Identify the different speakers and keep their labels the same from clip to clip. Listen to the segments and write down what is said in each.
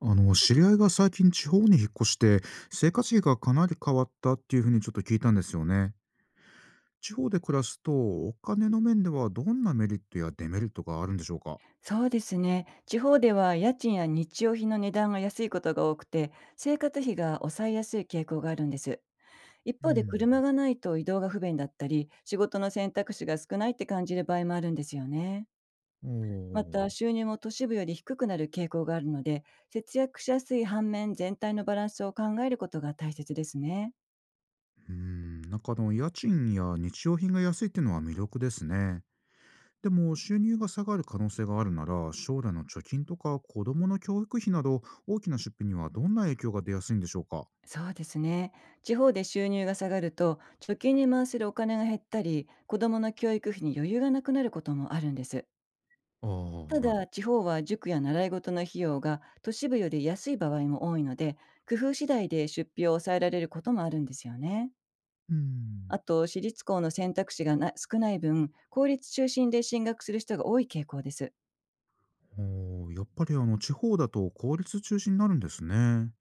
Speaker 1: 知り合いが最近地方に引っ越して生活費がかなり変わったっていうふうにちょっと聞いたんですよね。地方で暮らすとお金の面ではどんなメリットやデメリットがあるんでしょうか？
Speaker 2: そうですね。地方では家賃や日用品の値段が安いことが多くて、生活費が抑えやすい傾向があるんです。一
Speaker 1: う
Speaker 2: 方で
Speaker 1: ん。
Speaker 2: 車がないと移動が不便だったり、仕事の選択肢が少ないって感じる場合もあるんですよね。
Speaker 1: お
Speaker 2: また
Speaker 1: ー。
Speaker 2: 収入も都市部より低くなる傾向があるので、節約しやすい反面、全体のバランスを考えることが大切ですね。
Speaker 1: うん、なんか家賃や日用品が安いっていうのは魅力ですね。でも収入が下がる可能性があるなら将来の貯金とか子供の教育費など大きな出費にはどんな影響が出やすいんでしょうか？
Speaker 2: そうですね。地方で収入が下がると、貯金に回せるお金が減ったり、子どもの教育費に余裕がなくなることもあるんです。
Speaker 1: ああー、
Speaker 2: た
Speaker 1: はい。
Speaker 2: だ、地方は塾や習い事の費用が都市部より安い場合も多いので、工夫次第で出費を抑えられることもあるんですよね。
Speaker 1: うん。
Speaker 2: あと、私立校の選択肢が少ない分、公立中心で進学する人が多い傾向です。
Speaker 1: おー、やっぱり地方だと公立中心になるんですね。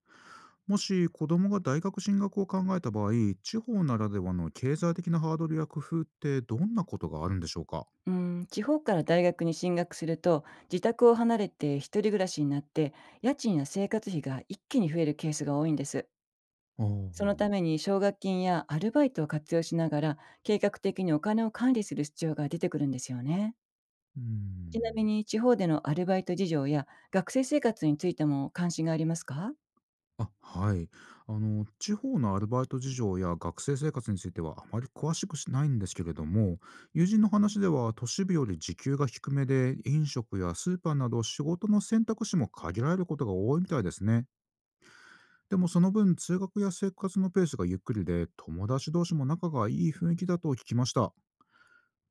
Speaker 1: もし子供が大学進学を考えた場合、地方ならではの経済的なハードルや工夫ってどんなことがあるんでしょうか？
Speaker 2: うん、地方から大学に進学すると、自宅を離れて一人暮らしになって、家賃や生活費が一気に増えるケースが多いんです。
Speaker 1: ああ、
Speaker 2: その
Speaker 1: う
Speaker 2: ために奨学金やアルバイトを活用しながら、計画的にお金を管理する必要が出てくるんですよね。ちなみ
Speaker 1: ん。
Speaker 2: に、地方でのアルバイト事情や学生生活についても関心がありますか？
Speaker 1: あ、はい。あの、地方のアルバイト事情や学生生活についてはあまり詳しくしないんですけれども、友人の話では都市部より時給が低めで、飲食やスーパーなど仕事の選択肢も限られることが多いみたいですね。でもその分、通学や生活のペースがゆっくりで、友達同士も仲がいい雰囲気だと聞きました。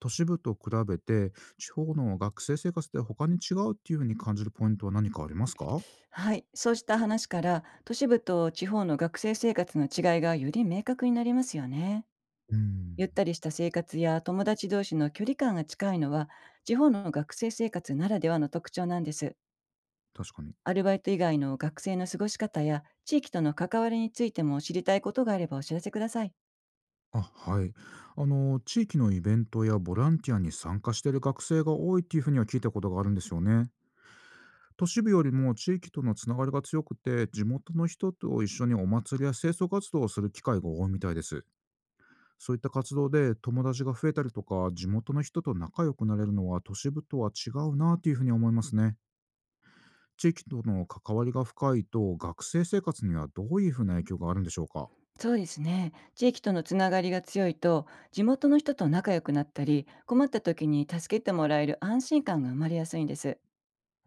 Speaker 1: 都市部と比べて、地方の学生生活で他に違うっていうふうに感じるポイントは何かありますか？
Speaker 2: はい、そうした話から都市部と地方の学生生活の違いがより明確になりますよね。
Speaker 1: うん、
Speaker 2: ゆったりした生活や友達同士の距離感が近いのは、地方の学生生活ならではの特徴なんです。
Speaker 1: 確かに。
Speaker 2: アルバイト以外の学生の過ごし方や地域との関わりについても知りたいことがあれば、お知らせください。
Speaker 1: あ、はい。あの、地域のイベントやボランティアに参加している学生が多いっていうふうには聞いたことがあるんですよね。都市部よりも地域とのつながりが強くて、地元の人と一緒にお祭りや清掃活動をする機会が多いみたいです。そういった活動で友達が増えたりとか、地元の人と仲良くなれるのは都市部とは違うなというふうに思いますね。地域との関わりが深いと、学生生活にはどういうふうな影響があるんでしょうか？
Speaker 2: そうですね。地域とのつながりが強いと、地元の人と仲良くなったり、困った時に助けてもらえる安心感が生まれやすいんです。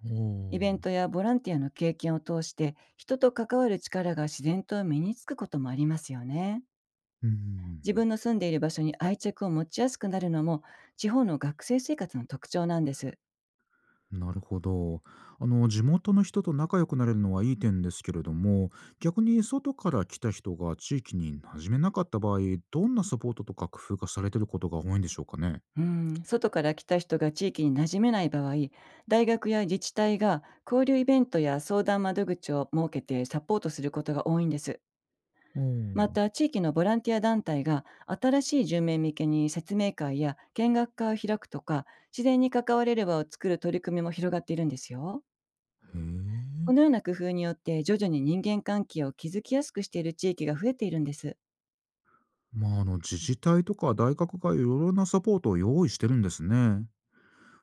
Speaker 1: お
Speaker 2: イベン
Speaker 1: ー。
Speaker 2: トやボランティアの経験を通して、人と関わる力が自然と身につくこともありますよね。
Speaker 1: うー
Speaker 2: 自分
Speaker 1: ん。
Speaker 2: の住んでいる場所に愛着を持ちやすくなるのも、地方の学生生活の特徴なんです。
Speaker 1: なるほど。あの、地元の人と仲良くなれるのはいい点ですけれども、逆に外から来た人が地域に馴染めなかった場合、どんなサポートとか工夫がされてることが多いんでしょうかね。
Speaker 2: うん、外から来た人が地域に馴染めない場合、大学や自治体が交流イベントや相談窓口を設けてサポートすることが多いんです。
Speaker 1: おー
Speaker 2: ま
Speaker 1: へ
Speaker 2: た、地域のボランティア団体が新しい住民向けに説明会や見学会を開くとか、自然に関われる場を作る取り組みも広がっているんですよ。こ
Speaker 1: え。
Speaker 2: のような工夫によって、徐々に人間関係を築きやすくしている地域が増えているんです。
Speaker 1: まあ、あの自治体とか大学がいろいろなサポートを用意してるんですね。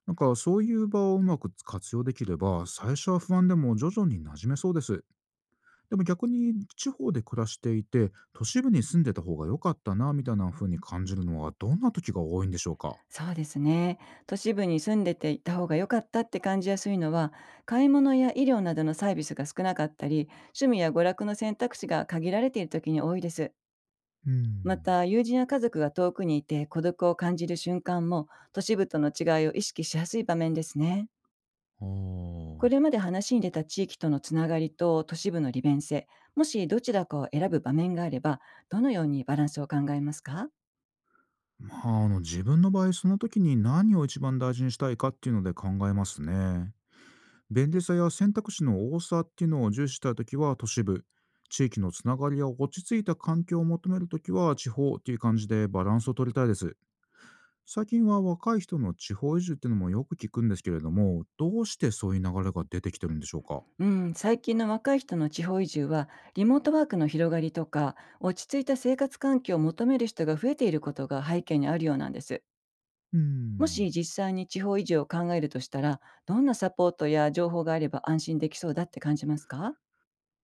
Speaker 1: なんかそういう場をうまく活用できれば最初は不安でも徐々に馴染めそうです。でも逆に地方で暮らしていて都市部に住んでた方が良かったなみたいな風に感じるのはどんな時が多いんでしょうか？
Speaker 2: そうですね。都市部に住んでていた方が良かったって感じやすいのは、買い物や医療などのサービスが少なかったり、趣味や娯楽の選択肢が限られている時に多いです。
Speaker 1: う
Speaker 2: ま
Speaker 1: ん。
Speaker 2: た、友人や家族が遠くにいて孤独を感じる瞬間も、都市部との違いを意識しやすい場面ですね。
Speaker 1: あ
Speaker 2: こ
Speaker 1: あ。
Speaker 2: れまで話に出た地域とのつながりと都市部の利便性、もしどちらかを選ぶ場面があれば、どのようにバランスを考えますか？
Speaker 1: まあ、あの自分の場合その時に何を一番大事にしたいかっていうので考えますね。便利さや選択肢の多さっていうのを重視したいときは都市部、地域のつながりや落ち着いた環境を求めるときは地方っていう感じでバランスを取りたいです。最近は若い人の地方移住っていうのもよく聞くんですけれども、どうしてそういう流れが出てきてるんでしょうか？
Speaker 2: うん、最近の若い人の地方移住は、リモートワークの広がりとか、落ち着いた生活環境を求める人が増えていることが背景にあるようなんです。
Speaker 1: うー
Speaker 2: も
Speaker 1: ん。
Speaker 2: し実際に地方移住を考えるとしたら、どんなサポートや情報があれば安心できそうだって感じますか？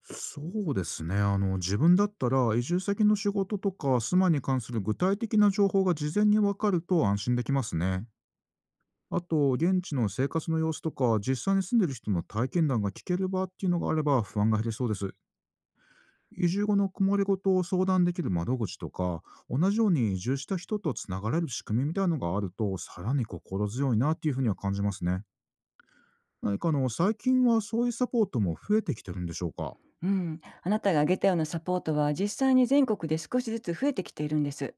Speaker 1: そうですね。あの、自分だったら移住先の仕事とか住まいに関する具体的な情報が事前に分かると安心できますね。あと、現地の生活の様子とか、実際に住んでる人の体験談が聞ける場っていうのがあれば不安が減れそうです。移住後の困りごとを相談できる窓口とか、同じように移住した人とつながれる仕組みみたいのがあると、さらに心強いなっていうふうには感じますね。何か、最近はそういうサポートも増えてきてるんでしょうか？
Speaker 2: うん、あなたが挙げたようなサポートは、実際に全国で少しずつ増えてきているんです。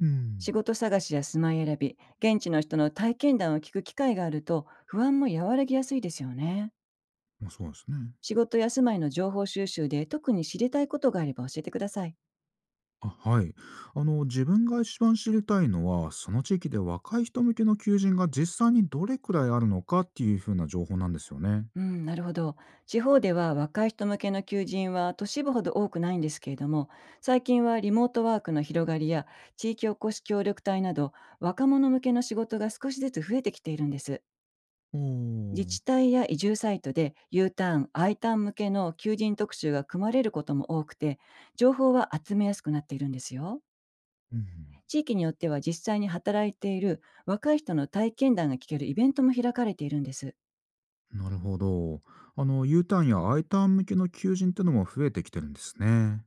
Speaker 1: うん、
Speaker 2: 仕事探しや住まい選び、現地の人の体験談を聞く機会があると、不安も和らぎやすいですよね。
Speaker 1: まあそうですね。
Speaker 2: 仕事や住まいの情報収集で特に知りたいことがあれば教えてください。
Speaker 1: あ、はい。あの、自分が一番知りたいのは、その地域で若い人向けの求人が実際にどれくらいあるのかっていうふうな情報なんですよね。
Speaker 2: うん、なるほど。地方では若い人向けの求人は都市部ほど多くないんですけれども、最近はリモートワークの広がりや地域おこし協力隊など、若者向けの仕事が少しずつ増えてきているんです。
Speaker 1: お
Speaker 2: 自
Speaker 1: お、
Speaker 2: 治体や移住サイトで U ターン、I ターン向けの求人特集が組まれることも多くて、情報は集めやすくなっているんですよ。
Speaker 1: うん、
Speaker 2: 地域によっては、実際に働いている若い人の体験談が聞けるイベントも開かれているんです。
Speaker 1: なるほど。あの、U ターンや I ターン向けの求人ってのも増えてきてるんですね。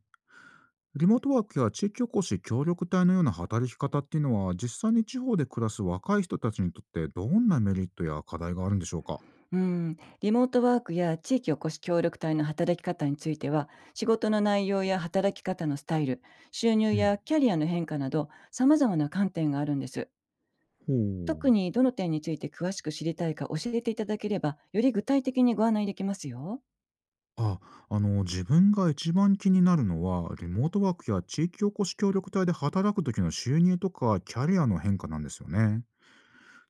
Speaker 1: リモートワークや地域おこし協力隊のような働き方っていうのは、実際に地方で暮らす若い人たちにとってどんなメリットや課題があるんでしょうか？
Speaker 2: うーん、リモートワークや地域おこし協力隊の働き方については、仕事の内容や働き方のスタイル、収入
Speaker 1: う
Speaker 2: や
Speaker 1: ん、
Speaker 2: キャリアの変化など、様々な観点があるんです。
Speaker 1: ほ
Speaker 2: 特
Speaker 1: う。
Speaker 2: にどの点について詳しく知りたいか教えていただければ、より具体的にご案内できますよ。
Speaker 1: あ、あの、自分が一番気になるのは、リモートワークや地域おこし協力隊で働く時の収入とかキャリアの変化なんですよね。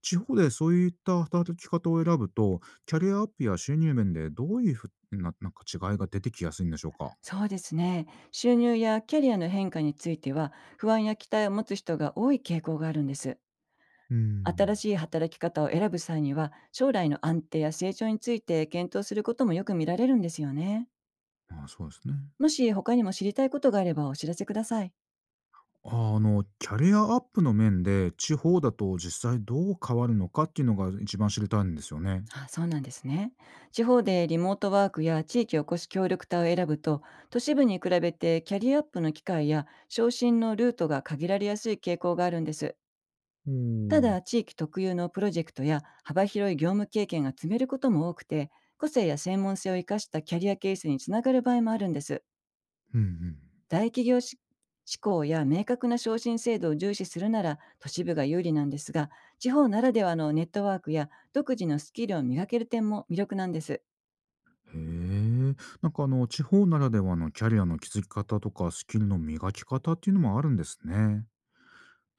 Speaker 1: 地方でそういった働き方を選ぶと、キャリアアップや収入面でどういうふうな違いが出てきやすいんでしょうか？
Speaker 2: そうですね。収入やキャリアの変化については、不安や期待を持つ人が多い傾向があるんです。
Speaker 1: うー
Speaker 2: 新
Speaker 1: ん。
Speaker 2: しい働き方を選ぶ際には、将来の安定や成長について検討することもよく見られるんですよね。
Speaker 1: まあ、そうですね。
Speaker 2: もし他にも知りたいことがあればお知らせください。
Speaker 1: ああ、の、キャリアアップの面で、地方だと実際どう変わるのかっていうのが一番知りたいんですよね。
Speaker 2: あ、そうなんですね。地方でリモートワークや地域おこし協力隊を選ぶと、都市部に比べてキャリアアップの機会や昇進のルートが限られやすい傾向があるんです。
Speaker 1: おーう
Speaker 2: た
Speaker 1: ん。
Speaker 2: だ、地域特有のプロジェクトや幅広い業務経験が積めることも多くて、個性や専門性を生かしたキャリアケースにつながる場合もあるんです。
Speaker 1: うん。
Speaker 2: 大企業し志向や明確な昇進制度を重視するなら都市部が有利なんですが、地方ならではのネットワークや独自のスキルを磨ける点も魅力なんです。
Speaker 1: へえ。地方ならではのキャリアの築き方とかスキルの磨き方っていうのもあるんですね。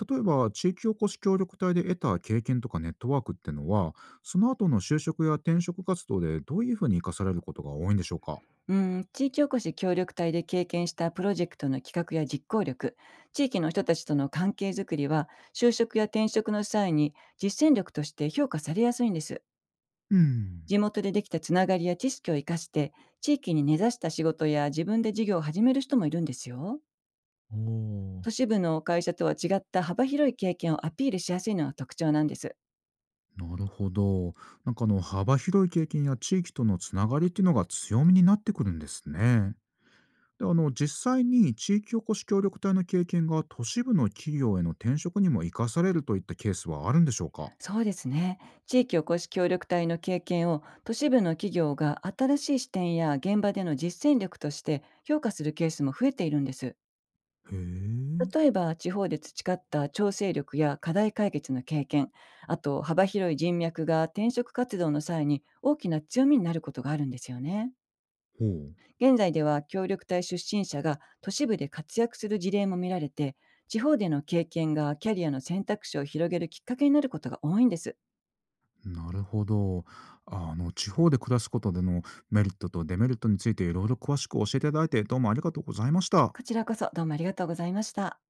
Speaker 1: 例えば地域おこし協力隊で得た経験とかネットワークってのはその後の就職や転職活動でどういうふうに生かされることが多いんでしょうか？
Speaker 2: うん、地域おこし協力隊で経験したプロジェクトの企画や実行力、地域の人たちとの関係づくりは、就職や転職の際に実践力として評価されやすいんです。
Speaker 1: うん。
Speaker 2: 地元でできたつながりや知識を生かして、地域に根ざした仕事や自分で事業を始める人もいるんですよ。
Speaker 1: おー。
Speaker 2: 都市部の会社とは違った幅広い経験をアピールしやすいのが特徴なんです。
Speaker 1: なるほど。幅広い経験や地域とのつながりっていうのが強みになってくるんですね。で実際に地域おこし協力隊の経験が都市部の企業への転職にも生かされるといったケースはあるんでしょうか？
Speaker 2: そうですね。地域おこし協力隊の経験を、都市部の企業が新しい視点や現場での実践力として評価するケースも増えているんです。
Speaker 1: へえ。
Speaker 2: 例えば、地方で培った調整力や課題解決の経験、あと幅広い人脈が転職活動の際に大きな強みになることがあるんですよね。
Speaker 1: ほう。
Speaker 2: 現在では協力隊出身者が都市部で活躍する事例も見られて、地方での経験がキャリアの選択肢を広げるきっかけになることが多いんです。
Speaker 1: なるほど。あ、あの、地方で暮らすことでのメリットとデメリットについていろいろ詳しく教えていただいて、どうもありがとうございました。
Speaker 2: こちらこそ、どうもありがとうございました。